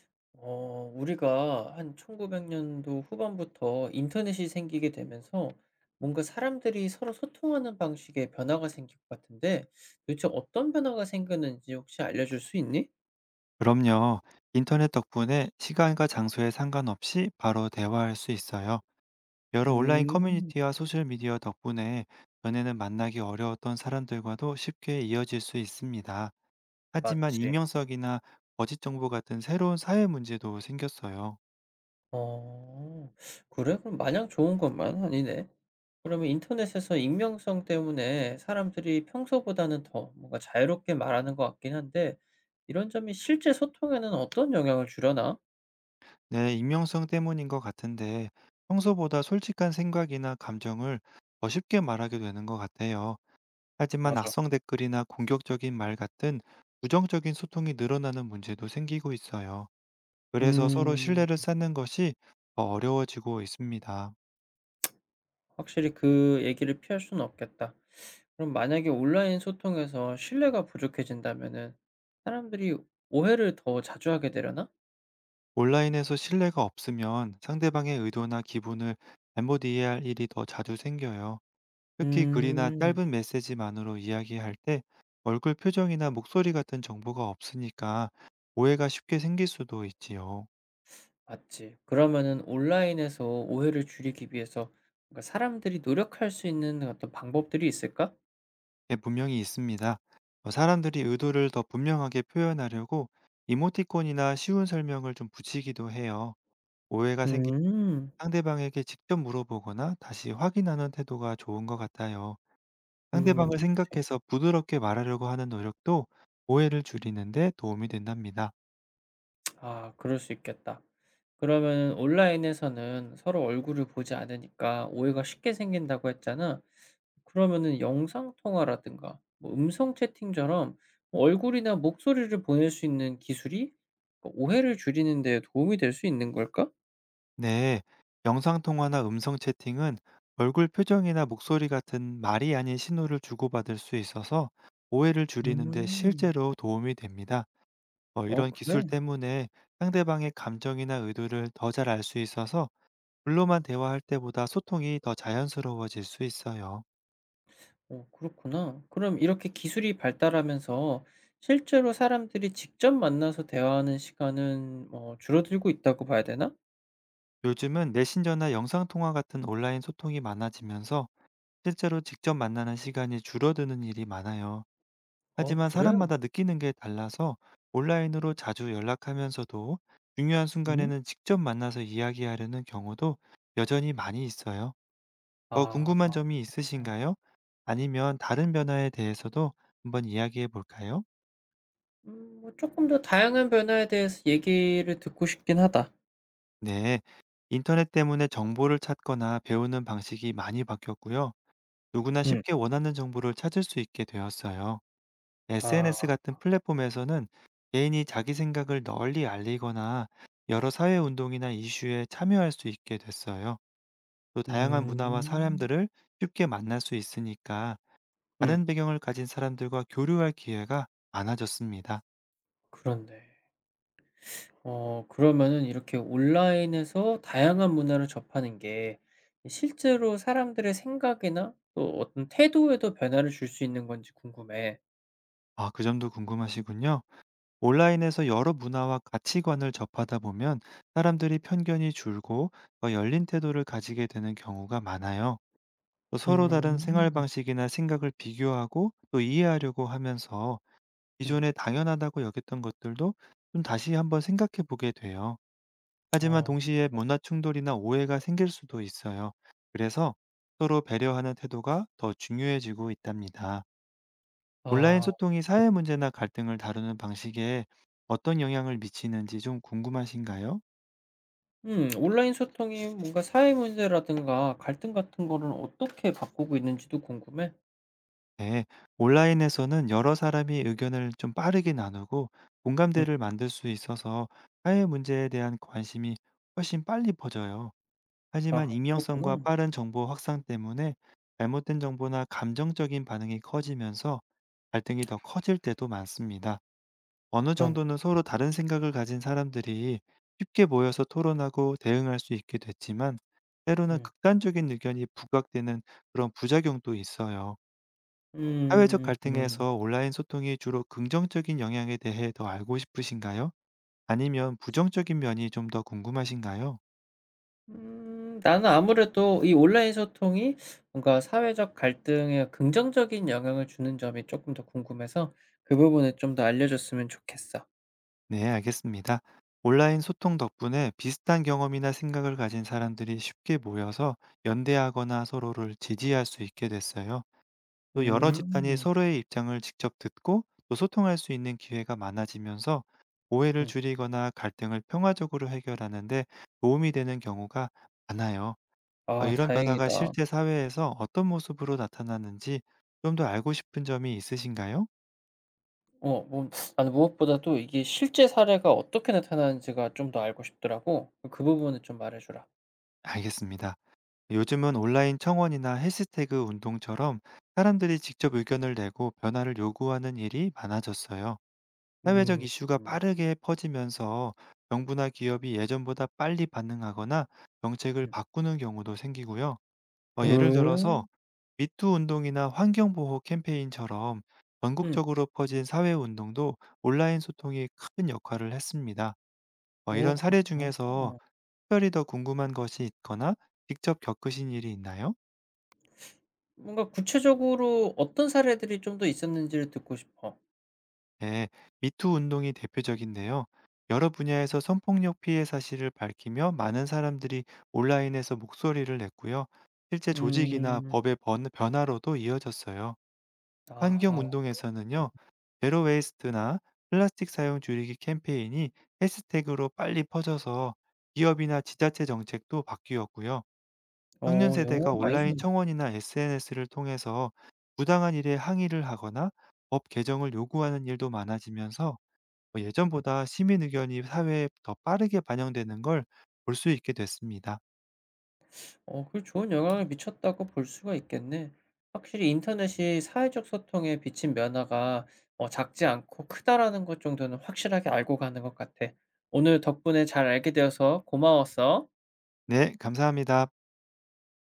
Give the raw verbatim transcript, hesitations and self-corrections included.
어, 우리가 한 천구백 년도 후반부터 인터넷이 생기게 되면서 뭔가 사람들이 서로 소통하는 방식에 변화가 생길 것 같은데, 도대체 어떤 변화가 생겼는지 혹시 알려줄 수 있니? 그럼요. 인터넷 덕분에 시간과 장소에 상관없이 바로 대화할 수 있어요. 여러 온라인 음, 커뮤니티와 소셜미디어 덕분에 전에는 만나기 어려웠던 사람들과도 쉽게 이어질 수 있습니다. 하지만 맞지. 익명성이나 거짓 정보 같은 새로운 사회 문제도 생겼어요. 어, 그래? 그럼 마냥 좋은 것만 아니네. 그러면 인터넷에서 익명성 때문에 사람들이 평소보다는 더 뭔가 자유롭게 말하는 것 같긴 한데, 이런 점이 실제 소통에는 어떤 영향을 주려나? 네, 익명성 때문인 것 같은데 평소보다 솔직한 생각이나 감정을 더 쉽게 말하게 되는 것 같아요. 하지만 맞아. 악성 댓글이나 공격적인 말 같은 부정적인 소통이 늘어나는 문제도 생기고 있어요. 그래서 서로 음, 신뢰를 쌓는 것이 더 어려워지고 있습니다. 확실히 그 얘기를 피할 수는 없겠다. 그럼 만약에 온라인 소통에서 신뢰가 부족해진다면은 사람들이 오해를 더 자주 하게 되려나? 온라인에서 신뢰가 없으면 상대방의 의도나 기분을 잘못 이해할 일이 더 자주 생겨요. 특히 글이나 음. 짧은 메시지만으로 이야기할 때 얼굴 표정이나 목소리 같은 정보가 없으니까 오해가 쉽게 생길 수도 있지요. 맞지. 그러면은 온라인에서 오해를 줄이기 위해서 뭔가 사람들이 노력할 수 있는 어떤 방법들이 있을까? 예, 분명히 있습니다. 어, 사람들이 의도를 더 분명하게 표현하려고 이모티콘이나 쉬운 설명을 좀 붙이기도 해요. 오해가 생기면 음. 상대방에게 직접 물어보거나 다시 확인하는 태도가 좋은 것 같아요. 음. 상대방을 생각해서 부드럽게 말하려고 하는 노력도 오해를 줄이는데 도움이 된답니다. 아 그럴 수 있겠다. 그러면 온라인에서는 서로 얼굴을 보지 않으니까 오해가 쉽게 생긴다고 했잖아. 그러면은 영상 통화라든가 뭐 음성 채팅처럼 뭐 얼굴이나 목소리를 보낼 수 있는 기술이 그 오해를 줄이는 데 도움이 될 수 있는 걸까? 네, 영상통화나 음성 채팅은 얼굴 표정이나 목소리 같은 말이 아닌 신호를 주고받을 수 있어서 오해를 줄이는데 음. 실제로 도움이 됩니다. 어, 어 이런 기술 그래? 때문에 상대방의 감정이나 의도를 더 잘 알 수 있어서 글로만 대화할 때보다 소통이 더 자연스러워질 수 있어요. 어 그렇구나. 그럼 이렇게 기술이 발달하면서 실제로 사람들이 직접 만나서 대화하는 시간은 어 줄어들고 있다고 봐야 되나? 요즘은 메신저나 영상통화 같은 온라인 소통이 많아지면서 실제로 직접 만나는 시간이 줄어드는 일이 많아요. 어 하지만 그래? 사람마다 느끼는 게 달라서 온라인으로 자주 연락하면서도 중요한 음. 순간에는 직접 만나서 이야기하려는 경우도 여전히 많이 있어요. 더 아. 궁금한 점이 있으신가요? 아니면 다른 변화에 대해서도 한번 이야기해 볼까요? 음 뭐 조금 더 다양한 변화에 대해서 얘기를 듣고 싶긴 하다. 네. 인터넷 때문에 정보를 찾거나 배우는 방식이 많이 바뀌었고요. 누구나 음. 쉽게 원하는 정보를 찾을 수 있게 되었어요. 에스엔에스 아. 같은 플랫폼에서는 개인이 자기 생각을 널리 알리거나 여러 사회 운동이나 이슈에 참여할 수 있게 됐어요. 또 다양한 문화와 음. 사람들을 쉽게 만날 수 있으니까 음 다른 배경을 가진 사람들과 교류할 기회가 많아졌습니다. 그렇네. 어 그러면은 이렇게 온라인에서 다양한 문화를 접하는 게 실제로 사람들의 생각이나 또 어떤 태도에도 변화를 줄 수 있는 건지 궁금해. 아, 그 점도 궁금하시군요. 온라인에서 여러 문화와 가치관을 접하다 보면 사람들이 편견이 줄고 더 열린 태도를 가지게 되는 경우가 많아요. 또 서로 다른 생활 음. 방식이나 생각을 비교하고 또 이해하려고 하면서 음. 기존에 당연하다고 여겼던 것들도 좀 다시 한번 생각해 보게 돼요. 하지만 어. 동시에 문화 충돌이나 오해가 생길 수도 있어요. 그래서 서로 배려하는 태도가 더 중요해지고 있답니다. 온라인 아. 소통이 사회 문제나 갈등을 다루는 방식에 어떤 영향을 미치는지 좀 궁금하신가요? 음 온라인 소통이 뭔가 사회 문제라든가 갈등 같은 거를 어떻게 바꾸고 있는지도 궁금해. 네, 온라인에서는 여러 사람이 의견을 좀 빠르게 나누고 음. 공감대를 만들 수 있어서 사회 문제에 대한 관심이 훨씬 빨리 퍼져요. 아 하지만 익명성과 그렇구나. 빠른 정보 확산 때문에 잘못된 정보나 감정적인 반응이 커지면서 갈등이 더 커질 때도 많습니다. 어느 그런 정도는 서로 다른 생각을 가진 사람들이 쉽게 모여서 토론하고 대응할 수 있게 됐지만 때로는 음. 극단적인 의견이 부각되는 그런 부작용도 있어요. 사회적 음 음. 갈등에서 온라인 소통이 주로 긍정적인 영향에 대해 더 알고 싶으신가요? 아니면 부정적인 면이 좀 더 궁금하신가요? 음 나는 아무래도 이 온라인 소통이 뭔가 사회적 갈등에 긍정적인 영향을 주는 점이 조금 더 궁금해서 그 부분을 좀 더 알려줬으면 좋겠어. 네, 알겠습니다. 온라인 소통 덕분에 비슷한 경험이나 생각을 가진 사람들이 쉽게 모여서 연대하거나 서로를 지지할 수 있게 됐어요. 또 여러 집단이 음. 서로의 입장을 직접 듣고 또 소통할 수 있는 기회가 많아지면서 오해를 음. 줄이거나 갈등을 평화적으로 해결하는데 도움이 되는 경우가 많아요. 어, 아 이런 변화가 다행이다. 실제 사회에서 어떤 모습으로 나타나는지 좀 더 알고 싶은 점이 있으신가요? 어 뭐 나는 무엇보다도 이게 실제 사례가 어떻게 나타나는지가 좀 더 알고 싶더라고. 그 부분을 좀 말해 주라. 알겠습니다. 요즘은 온라인 청원이나 해시태그 운동처럼 사람들이 직접 의견을 내고 변화를 요구하는 일이 많아졌어요. 사회적 음. 이슈가 음. 빠르게 퍼지면서 정부나 기업이 예전보다 빨리 반응하거나 정책을 음. 바꾸는 경우도 생기고요. 어, 예를 들어서 음. 미투 운동이나 환경보호 캠페인처럼 음. 전국적으로 퍼진 사회 운동도 온라인 소통이 큰 역할을 했습니다. 어, 어 이런 사례 그렇구나. 중에서 특별히 더 궁금한 것이 있거나 직접 겪으신 일이 있나요? 뭔가 구체적으로 어떤 사례들이 좀 더 있었는지를 듣고 싶어. 네, 미투 운동이 대표적인데요. 여러 분야에서 성폭력 피해 사실을 밝히며 많은 사람들이 온라인에서 목소리를 냈고요. 실제 조직이나 음. 법의 번- 변화로도 이어졌어요. 환경 아하. 운동에서는요, 제로 웨이스트나 플라스틱 사용 줄이기 캠페인이 해시태그로 빨리 퍼져서 기업이나 지자체 정책도 바뀌었고요. 청년 어 영향을 세대가 많이 온라인 줬네. 청원이나 에스엔에스를 통해서 부당한 일에 항의를 하거나 법 개정을 요구하는 일도 많아지면서 뭐 음. 예전보다 시민 의견이 사회에 더 빠르게 반영되는 걸 볼 수 있게 됐습니다. 어 그 좋은 영향을 미쳤다고 볼 수가 있겠네. 확실히 인터넷이 사회적 소통에 미친 면화가 어 작지 않고 크다라는 것 정도는 확실하게 알고 가는 것 같아. 오늘 덕분에 잘 알게 되어서 고마웠어. 네, 감사합니다.